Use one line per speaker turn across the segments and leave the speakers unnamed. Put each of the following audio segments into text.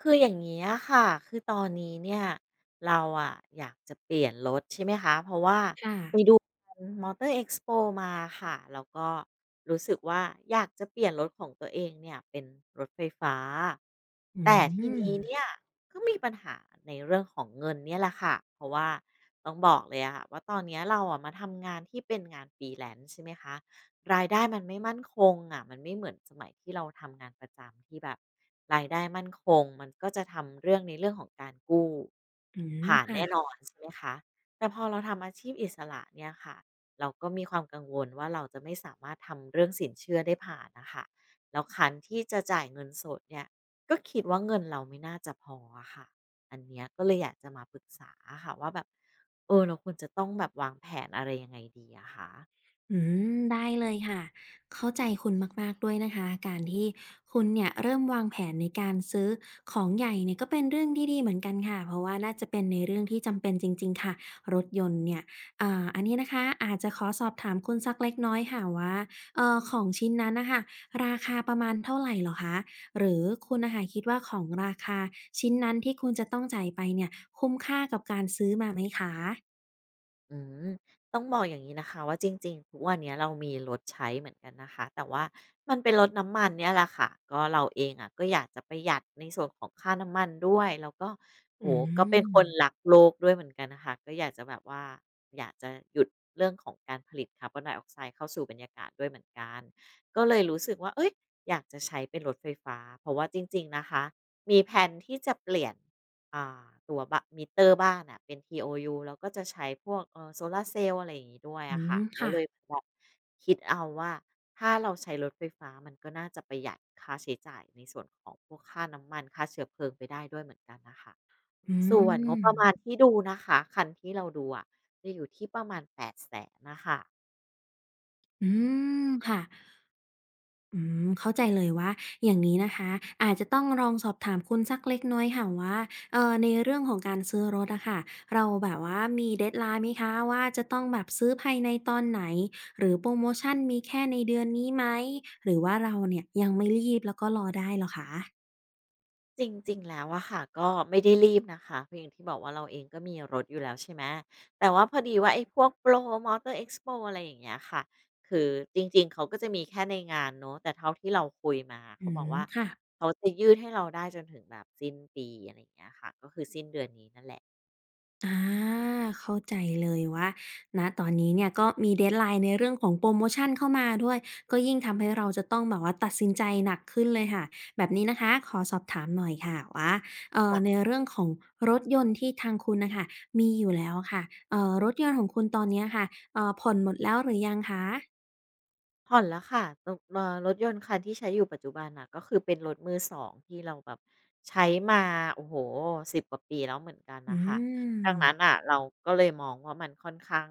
คืออย่างนี้ยค่ะ คือตอนนี้เนี่ยเราอะอยากจะเปลี่ยนรถใช่ไหมคะเพราะว่า
ค่ะ
ไปดูมอเตอร์เอ็กซ์โปมาค่ะแล้วก็รู้สึกว่าอยากจะเปลี่ยนรถของตัวเองเนี่ยเป็นรถไฟฟ้า
อื
แต่ทีนี้
ม
เนี่ยก็มีปัญหาในเรื่องของเงินเนี่ยแหละค่ะเพราะว่าต้องบอกเลยอะค่ะว่าตอนเนี้ยเราอะมาทำงานที่เป็นงาน f r e e l น n c ใช่ไหมคะ รายได้มันไม่มั่นคงอะมันไม่เหมือนสมัยที่เราทำงานประจำที่แบบรายได้มั่นคงมันก็จะทำเรื่องในเรื่องของการกู้
อื
ผ่าน
ค่ะ
แน่นอนใช่ไหมคะแต่พอเราทำอาชีพอิสระเนี่ยค่ะเราก็มีความกังวลว่าเราจะไม่สามารถทำเรื่องสินเชื่อได้ผ่านน่ะค่ะแล้วคันที่จะจ่ายเงินสดเนี่ยก็คิดว่าเงินเราไม่น่าจะพออะค่ะอันเนี้ยก็เลยอยากจะมาปรึกษาอะค่ะว่าแบบเราควรจะต้องแบบวางแผนอะไรยังไงดีอะคะ
อืได้เลยค่ะเข้าใจคุณมากๆด้วยนะคะการที่คุณเนี่ยเริ่มวางแผนในการซื้อของใหญ่เนี่ยก็เป็นเรื่องที่ดีเหมือนกันค่ะ เพราะว่าน่าจะเป็นในเรื่องที่จำเป็นจริงๆค่ะรถยนต์เนี่ยอันนี้นะคะอาจจะขอสอบถามคุณสักเล็กน้อยค่ะว่าของชิ้นนั้นน่ะค่ะราคาประมาณเท่าไรเหรอคะหรือคุณน่ะค่ะคิดว่าของราคาชิ้นนั้นที่คุณจะต้องจ่ายไปเนี่ยคุ้มค่ากับการซื้อมาไหมคะ
อืมต้องบอกอย่างนี้นะคะว่าจริงๆทุกวันเนี้ยเรามีรถใช้เหมือนกันนะคะแต่ว่ามันเป็นรถน้ำมันเนี่ยแหละค่ะก็เราเองอ่ะก็อยากจะประหยัดในส่วนของค่าน้ำมันด้วยแล้วก็
อื
โอ้โฮก็เป็น
ม
คนรักโลกด้วยเหมือนกันน่ะค่ะก็อยากจะแบบว่าอยากจะหยุดเรื่องของการผลิตคาร์บอนไดออกไซด์เข้าสู่บรรยากาศด้วยเหมือนกันก็เลยรู้สึกว่าเฮ้ยอยากจะใช้เป็นรถไฟฟ้าเพราะว่าจริงๆนะคะมีแพลนที่จะเปลี่ยน อ่าตั๋วบะมิเตอร์บ้านอะเป็น TOU เราก็จะใช้พวกโซลาร์เซลล์อะไรอย่างงี้ด้วยอะค่ะ ก็
ค่ะ
เลยแบบคิดเอาว่าถ้าเราใช้รถไฟฟ้ามันก็น่าจะประหยัดค่าใช้จ่ายในส่วนของพวกค่าน้ำมันค่าเชื้อเพลิงไปได้ด้วยเหมือนกันน่ะค่ะ
อื
ส่วนงบ
ม
ประมาณที่ดูนะคะคันที่เราดูอะจะอยู่ที่ประมาณ8ปดแสนน่ะค่ะ
อืค่ะเข้าใจเลยว่าอย่างนี้นะคะอาจจะต้องลองสอบถามคุณสักเล็กน้อยค่ะว่าในเรื่องของการซื้อรถอะค่ะเราแบบว่ามี deadline ไหมคะว่าจะต้องแบบซื้อภายในตอนไหนหรือโพรโมชันมีแค่ในเดือนนี้ไหมหรือว่าเราเนี่ยยังไม่รีบแล้วก็รอได้เหรอคะ
จริงๆ แล้วอะค่ะก็ไม่ได้รีบนะคะเพราะอย่างที่บอกว่าเราเองก็มีรถอยู่แล้วใช่ไหมแต่ว่าพอดีว่าไอ้พวก p r ร Motor Expo อะไรอย่างเงี้ยค่ะคือจริงๆ เขาก็จะมีแค่ในงานเนาะแต่เท่าที่เราคุยมา
อื
เขาบอก
ม
ว่า
ค่ะ
เขาจะยืดให้เราได้จนถึงแบบสิ้นปีอะไรอย่างเงี้ยค่ะก็คือสิ้นเดือนนี้นั่นแหละ
อาเข้าใจเลยว่านะตอนนี้เนี่ยก็มี deadline ในเรื่องของโปรโมชันเข้ามาด้วยก็ยิ่งทำให้เราจะต้องแบบว่าตัดสินใจหนักขึ้นเลยค่ะแบบนี้นะคะขอสอบถามหน่อยค่ะว่าในเรื่องของรถยนต์ที่ทางคุณนะคะมีอยู่แล้วค่ะรถยนต์ของคุณตอนเนี้ยค่ะผ่อนหมดแล้วหรือยังคะ
ผ่อนแล้วค่ะตรงรถยนต์คันที่ใช้อยู่ปัจจุบันน่ะก็คือเป็นรถมือ2ที่เราแบบใช้มาโอ้โฮ10กว่าปีแล้วเหมือนกัน
อื
น่ะค่ะดังนั้นน่ะ
ม
เราก็เลยมองว่ามันค่อนข้าง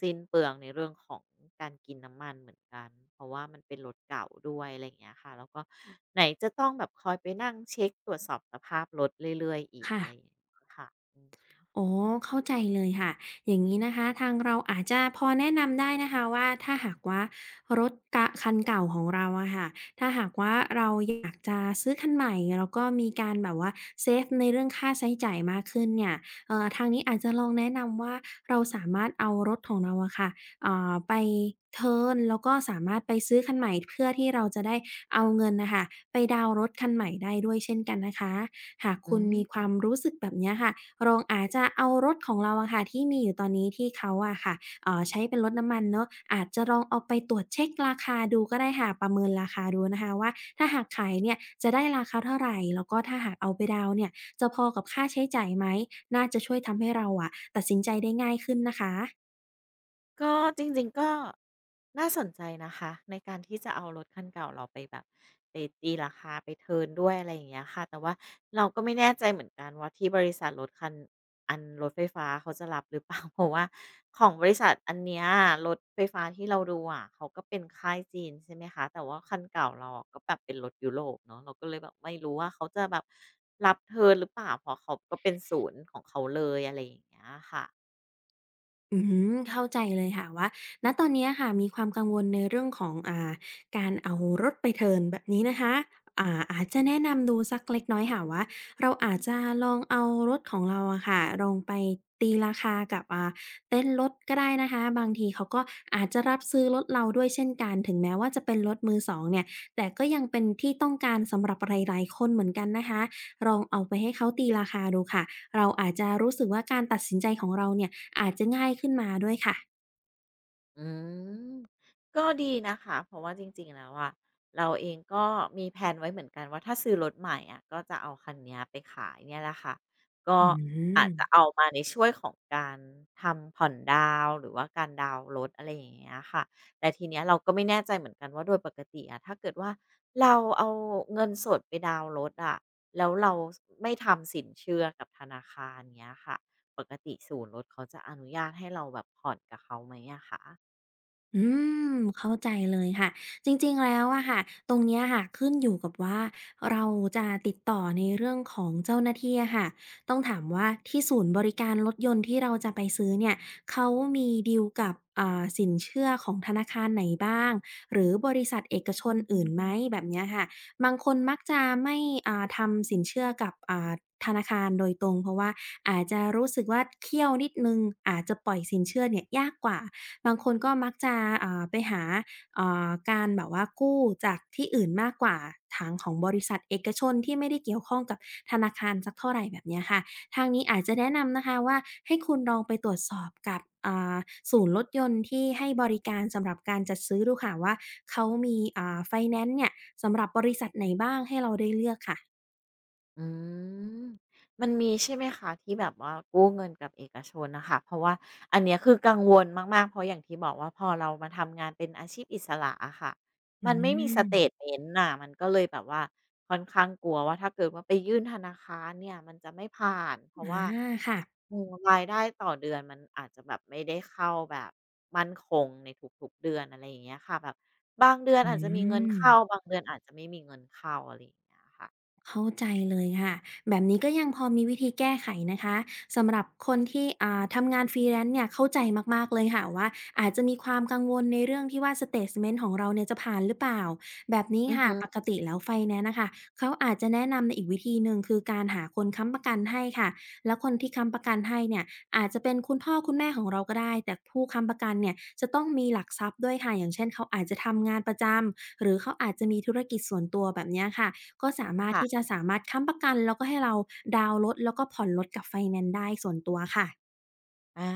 สิ้นเปลืองในเรื่องของการกินน้ำมันเหมือนกันเพราะว่ามันเป็นรถเก่าด้วยอะไรอย่างเงี้ยค่ะแล้วก็ไหนจะต้องแบบคอยไปนั่งเช็กตรวจสอบสภาพรถเรื่อยๆอีก
ค่ะ
อะไรอย่างเงี้ยค่ะอืม
อ๋อเข้าใจเลยค่ะอย่างนี้นะคะทางเราอาจจะพอแนะนำได้นะคะว่าถ้าหากว่ารถกะคันเก่าของเราอะค่ะถ้าหากว่าเราอยากจะซื้อคันใหม่แล้วก็มีการแบบว่าเซฟในเรื่องค่าใช้จ่ายมากขึ้นเนี่ยทางนี้อาจจะลองแนะนำว่าเราสามารถเอารถของเราอะค่ะไปเทิร์นแล้วก็สามารถไปซื้อคันใหม่เพื่อที่เราจะได้เอาเงินน่ะค่ะไปดาวน์รถคันใหม่ได้ด้วยเช่นกันนะคะ หาก
อื
คุณมีควา
ม
มรู้สึกแบบเนี้ยค่ะลองอาจจะเอารถของเราอะค่ะที่มีอยู่ตอนนี้ที่เขาอะค่ะใช้เป็นรถน้ำมันเนาะอาจจะลองเอาไปตรวจเช็คราคาดูก็ได้ค่ะประเมินราคาดูนะคะว่าถ้าหากขายเนี่ยจะได้ราคาเท่าไรแล้วก็ถ้าหากเอาไปดาวน์เนี่ยจะพอกับค่าใช้จ่ายไหมน่าจะช่วยทำให้เราอะตัดสินใจได้ง่ายขึ้นนะคะ
ก็จริงๆก็น่าสนใจนะคะในการที่จะเอารถคันเก่าเราไปแบบไปตีราคาไปเทิร์นด้วยอะไรอย่างเงี้ยค่ะแต่ว่าเราก็ไม่แน่ใจเหมือนกันว่าที่บริษัทรถคันอันรถไฟฟ้าเขาจะรับหรือเปล่า เพราะว่าของบริษัทอันเนี้ยรถไฟฟ้าที่เราดูอะเขาก็เป็นค่ายจีนใช่ไหมคะแต่ว่าคันเก่าเราอะก็แบบเป็นรถยุโรปเนาะเราก็เลยแบบไม่รู้ว่าเขาจะแบบรับเทิร์นหรือเปล่าเพราะเขาก็เป็นศูนย์ของเขาเลยอะไรอย่างเงี้ยค่ะ
อืเข้าใจเลยค่ะว่าณตอนเนี้ยค่ะมีความกังวลในเรื่องของการเอารถไปเทิร์นแบบนี้นะคะอาจจะแนะนำดูสักเล็กน้อยค่ะว่าเราอาจจะลองเอารถของเราอะค่ะลองไปตีราคากับเต็นท์รถก็ได้นะคะบางทีเขาก็อาจจะรับซื้อรถเราด้วยเช่นกันถึงแม้ว่าจะเป็นรถมือสองเนี่ยแต่ก็ยังเป็นที่ต้องการสำหรับหลายๆคนเหมือนกันนะคะลองเอาไปให้เขาตีราคาดูค่ะเราอาจจะรู้สึกว่าการตัดสินใจของเราเนี่ย อาจจะง่ายขึ้นมาด้วยค่ะ
อืมก็ดีนะคะเพราะว่าจริงๆแล้วอะเราเองก็มีแผนไว้เหมือนกันว่าถ้าซื้อรถใหม่อะก็จะเอาคันเนี้ยไปขายเนี่ยแหละค่ะก็
อื
อาจ
ม
จะเอามาในช่วยของการทำผ่อนดาวน์หรือว่าการดาวน์รถอะไรอย่างเงี้ยค่ะแต่ทีเนี้ยเราก็ไม่แน่ใจเหมือนกันว่าโดยปกติอะถ้าเกิดว่าเราเอาเงินสดไปดาวน์รถอะแล้วเราไม่ทำสินเชื่อกับธนาคารเงี้ยค่ะปกติศูนย์รถเขาจะอนุญาตให้เราแบบผ่อนกับเขาไหมอะคะ
อืเข้าใจเลยค่ะจริงๆแล้วอะค่ะตรงเนี้ยค่ะขึ้นอยู่กับว่าเราจะติดต่อในเรื่องของเจ้าหน้าที่อะค่ะต้องถามว่าที่ศูนย์บริการรถยนต์ที่เราจะไปซื้อเนี่ยเขามีดีลกับสินเชื่อของธนาคารไหนบ้างหรือบริษัทเอกชนอื่นไหมแบบเนี้ยค่ะบางคนมักจะไม่ทำสินเชื่อกับธนาคารโดยตรงเพราะว่าอาจจะรู้สึกว่าเคี่ยวนิดนึงอาจจะปล่อยสินเชื่อเนี่ยยากกว่า บางคนก็มักจะไปหาการแบบว่ากู้จากที่อื่นมากกว่าทางของบริษัทเอกชนที่ไม่ได้เกี่ยวข้องกับธนาคารสักเท่าไหรแบบเนี้ยค่ะทางนี้อาจจะแนะนำนะคะว่าให้คุณลองไปตรวจสอบกับอ่าศูนย์รถยนต์ที่ให้บริการสำหรับการจัดซื้อดูค่ะว่าเขามีไฟแนนซ์เนี่ยสำหรับบริษัทไหนบ้างให้เราได้เลือกค่ะ
อืมมันมีใช่ไหมคะที่แบบว่ากู้เงินกับเอกชนนะคะเพราะว่าอันเนี้ยคือกังวลมากๆเพราะอย่างที่บอกว่าพอเรามาทำงานเป็นอาชีพอิสระอะค่ะ
อื
มันไม่มีส
ม
เตทเมนต์น่ะมันก็เลยแบบว่าค่อนข้างกลัวว่าถ้าเกิดว่าไปยื่นธนาคารเนี่ยมันจะไม่ผ่านเพราะ
อา
ว่า
ค่ะ
รายได้ต่อเดือนมันอาจจะแบบไม่ได้เข้าแบบมั่นคงในทุกๆเดือนอะไรอย่างเงี้ยค่ะแบบบางเดือน
อื
อาจจะมีเงิน
ม
เข้าบางเดือนอาจจะไม่มีเงินเข้าอะไรอย่างเงี้ยค่ะ
เข้าใจเลยค่ะแบบนี้ก็ยังพอมีวิธีแก้ไขนะคะสำหรับคนที่ทำงาน Freelance เนี่ยเข้าใจมากๆเลยค่ะว่าอาจจะมีความกังวลในเรื่องที่ว่าสเตตเมนต์ของเราเนี่ยจะผ่านหรือเปล่าแบบนี้
อือ
ค่ะ
ฮึ
ปกติแล้วไฟแนนซ์นะคะเขาอาจจะแนะนำในอีกวิธีหนึ่งคือการหาคนค้ำประกันให้ค่ะแล้วคนที่ค้ำประกันให้เนี่ยอาจจะเป็นคุณพ่อคุณแม่ของเราก็ได้แต่ผู้ค้ำประกันเนี่ยจะต้องมีหลักทรัพย์ด้วยค่ะอย่างเช่นเขาอาจจะทำงานประจำหรือเขาอาจจะมีธุรกิจส่วนตัวแบบเนี้ยค่ะ ก็สามารถ
ค่ะ
ที่จะสามารถค้ำประกันแล้วก็ให้เราดาวน์รถแล้วก็ผ่อนรถกับไฟแนนซ์ได้ส่วนตัวค่ะ
อา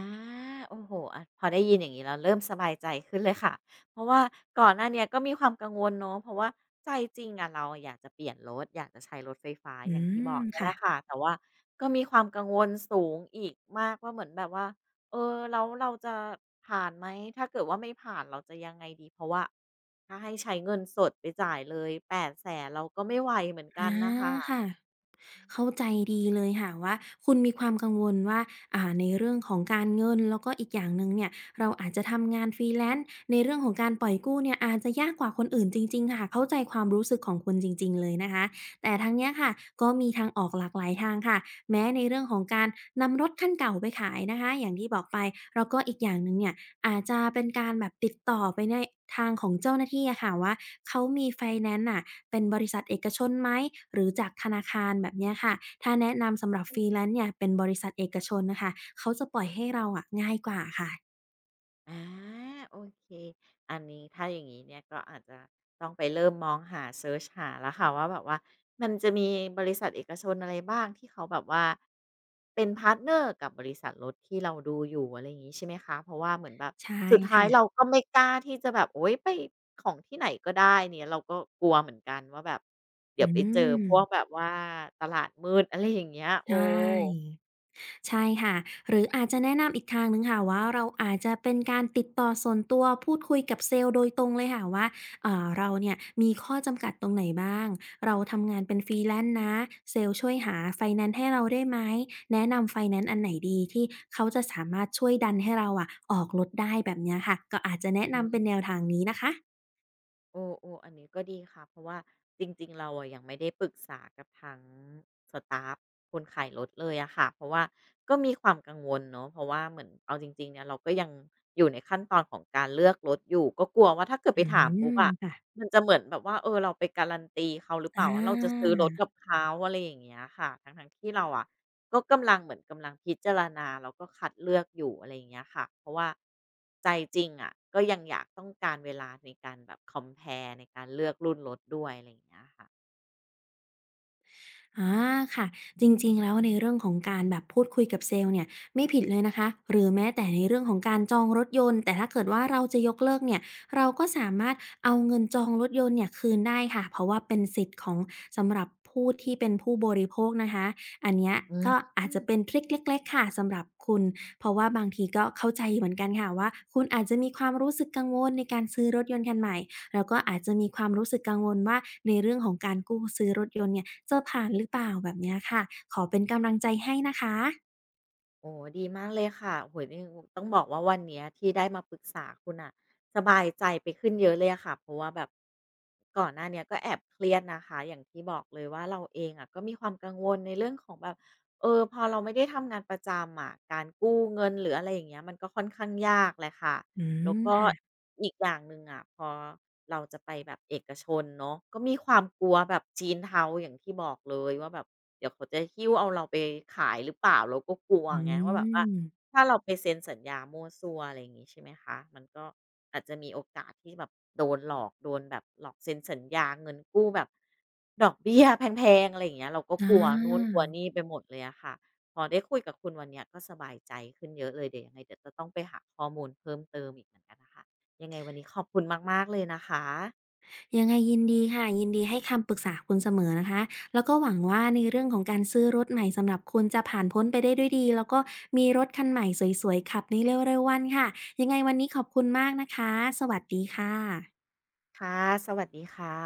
โอ้โฮอะพอได้ยินอย่างงี้แล้วเริ่มสบายใจขึ้นเลยค่ะเพราะว่าก่อนหน้าเนี้ยก็มีความกังวลเนาะเพราะว่าใจจริงอะเราอยากจะเปลี่ยนรถอยากจะใช้รถไฟฟ้า
อื
อย่างที่บ
ม
อกเนี่ยแห
ค่ะ
ละค่ะแต่ว่าก็มีความกังวลสูงอีกมากว่าเหมือนแบบว่าแล้วเราจะผ่านไหมถ้าเกิดว่าไม่ผ่านเราจะยังไงดีเพราะว่าถ้าให้ใช้เงินสดไปจ่ายเลย8ปดแสนเราก็ไม่ไหวเหมือนกั
อา
นน่ะ
ค่ะ
ค่ะ
เข้าใจดีเลยค่ะว่าคุณมีความกังวลว่าในเรื่องของการเงินแล้วก็อีกอย่างหนึ่งเนี่ยเราอาจจะทำงาน Freelance ในเรื่องของการปล่อยกู้เนี่ยอาจจะยากกว่าคนอื่นจริงๆค่ะเข้าใจความรู้สึกของคุณจริงๆเลยนะคะแต่ทั้งเนี้ยค่ะก็มีทางออกหลากหลายทางค่ะแม้ในเรื่องของการนำรถคันเก่าไปขายนะคะอย่างที่บอกไปแล้วก็อีกอย่างหนึ่งเนี่ยอาจจะเป็นการแบบติดต่อไปในทางของเจ้าหน้าที่อะค่ะว่าเขามีไฟแนนซ์น่ะ เป็นบริษัทเอกชนไหมหรือจากธนาคารแบบเนี้ยค่ะถ้าแนะนำสำหรับ Freelance เนี่ยเป็นบริษัทเอกชนน่ะค่ะเขาจะปล่อยให้เราอะง่ายกว่าค่ะ
อาโอเคอันนี้ถ้าอย่างนี้เนี่ยก็อาจจะต้องไปเริ่มมองหาเซิร์ชหาแล้วค่ะว่าแบบว่ามันจะมีบริษัทเอกชนอะไรบ้างที่เขาแบบว่าเป็นพาร์ทเนอร์กับบริษัทรถที่เราดูอยู่อะไรอย่างนี้ใช่ไหมคะเพราะว่าเหมือนแบบ
ใช่
สุดท้ายเรา
ค่ะ
ก็ไม่กล้าที่จะแบบโอ๊ยไปของที่ไหนก็ได้เนี่ยเราก็กลัวเหมือนกันว่าแบบเดี๋ย
อื
วไปเจอ
ม
พวกแบบว่าตลาดมืดอะไรอย่างเงี้ยโอ้
ใช่ ใช่ค่ะหรืออาจจะแนะนำอีกทางหนึ่งค่ะว่าเราอาจจะเป็นการติดต่อส่วนตัวพูดคุยกับเซลล์โดยตรงเลยค่ะว่าเราเนี่ยมีข้อจำกัดตรงไหนบ้างเราทำงานเป็น Freelance นะเซลล์ช่วยหาไฟแนนซ์ให้เราได้ไหมแนะนำไฟแนนซ์อันไหนดีที่เขาจะสามารถช่วยดันให้เราอะออกรถได้แบบเนี้ยค่ะก็อาจจะแนะนำเป็นแนวทางนี้นะคะ
โอ้ๆออันนี้ก็ดีค่ะเพราะว่าจริงๆเราอะยังไม่ได้ปรึกษากับทั้งสตาฟคนขายรถเลยอะค่ะเพราะว่าก็มีความกังวลเนาะเพราะว่าเหมือนเอาจริงๆเนี่ยเราก็ยังอยู่ในขั้นตอนของการเลือกรถอยู่ ก็กลัวว่าถ้าเกิด
อื
ไปถามปุ๊บ
ม
อะ
ค่ะ
มันจะเหมือนแบบว่าเราไปการันตีเขาหรือเป
อ
ล่าว่าเราจะซื้อรถ
า
กับเขาอะไรอย่างเงี้ยค่ะทั้งๆที่เราอะก็กำลังเหมือนกำลังพิจารณาแล้วก็คัดเลือกอยู่อะไรอย่างเงี้ยค่ะเพราะว่าใจจริงอะก็ยังอยากต้องการเวลาในการแบบ compare ในการเลือกรุ่นรถด้วยอะไรอย่างเงี้ยค่ะ
อาค่ะจริงๆแล้วในเรื่องของการแบบพูดคุยกับเซลล์เนี่ยไม่ผิดเลยนะคะหรือแม้แต่ในเรื่องของการจองรถยนต์แต่ถ้าเกิดว่าเราจะยกเลิกเนี่ยเราก็สามารถเอาเงินจองรถยนต์เนี่ยคืนได้ค่ะเพราะว่าเป็นสิทธิ์ของสำหรับผู้ที่เป็นผู้บริโภคนะคะอันเนี้ย
อื
ก็อาจจะเป็น
ม
ทริคเล็กๆค่ะสำหรับคุณเพราะว่าบางทีก็เข้าใจเหมือนกันค่ะว่าคุณอาจจะมีความรู้สึกกังวลในการซื้อรถยนต์คันใหม่ เราก็อาจจะมีความรู้สึกกังวลว่าในเรื่องของการกู้ซื้อรถยนต์เนี่ยจะผ่านหรือเปล่าแบบเนี้ยค่ะขอเป็นกำลังใจให้นะคะ
โอ้ดีมากเลยค่ะโหยนี่ต้องบอกว่าวันเนี้ยที่ได้มาปรึกษาคุณอ่ะสบายใจไปขึ้นเยอะเลยอะค่ะเพราะว่าแบบก่อนหน้าเนี้ยก็แอบเครียดนะคะอย่างที่บอกเลยว่าเราเองอะก็มีความกังวลในเรื่องของแบบพอเราไม่ได้ทำงานประจำอะการกู้เงินหรืออะไรอย่างเงี้ยมันก็ค่อนข้างยากแหละค่ะ
อื
แล้ว
ม
ก็
ค่ะ
อีกอย่างหนึ่งอะพอเราจะไปแบบเอกชนเนาะก็มีความกลัวแบบจีนเทาอย่างที่บอกเลยว่าแบบเดี๋ยวเขาจะหิ้วเอาเราไปขายหรือเปล่าเราก็กลัว
อื
ไงว่าแบบว่า
ม
ถ้าเราไปเซ็นสัญญามั่วซั่วอะไรอย่างงี้ใช่ไหมคะมันก็อาจจะมีโอกาสที่แบบโดนหลอกโดนแบบหลอกเซ็นสัญญาเงินกู้แบบดอกเบี้ยแพงๆอะไรอย่างเงี้ยเราก็
อ
กลัวนู่นก
า
ลัวนี่ไปหมดเลยอะค่ะ พอได้คุยกับคุณวันเนี้ยก็สบายใจขึ้นเยอะเลยเดี๋ยวยังไงเดี๋ยวจะต้องไปหาข้อมูลเพิ่มเติมอีกเหมือนกันนะคะยังไงวันนี้ขอบคุณมากๆเลยนะคะ
ยังไงยินดีค่ะยินดีให้คำปรึกษาคุณเสมอนะคะแล้วก็หวังว่าในเรื่องของการซื้อรถใหม่สำหรับคุณจะผ่านพ้นไปได้ด้วยดีแล้วก็มีรถคันใหม่สวยๆขับในเร็วๆวันค่ะยังไงวันนี้ขอบคุณมากนะคะสวัสดีค่ะ
ค่ะสวัสดีค่ะ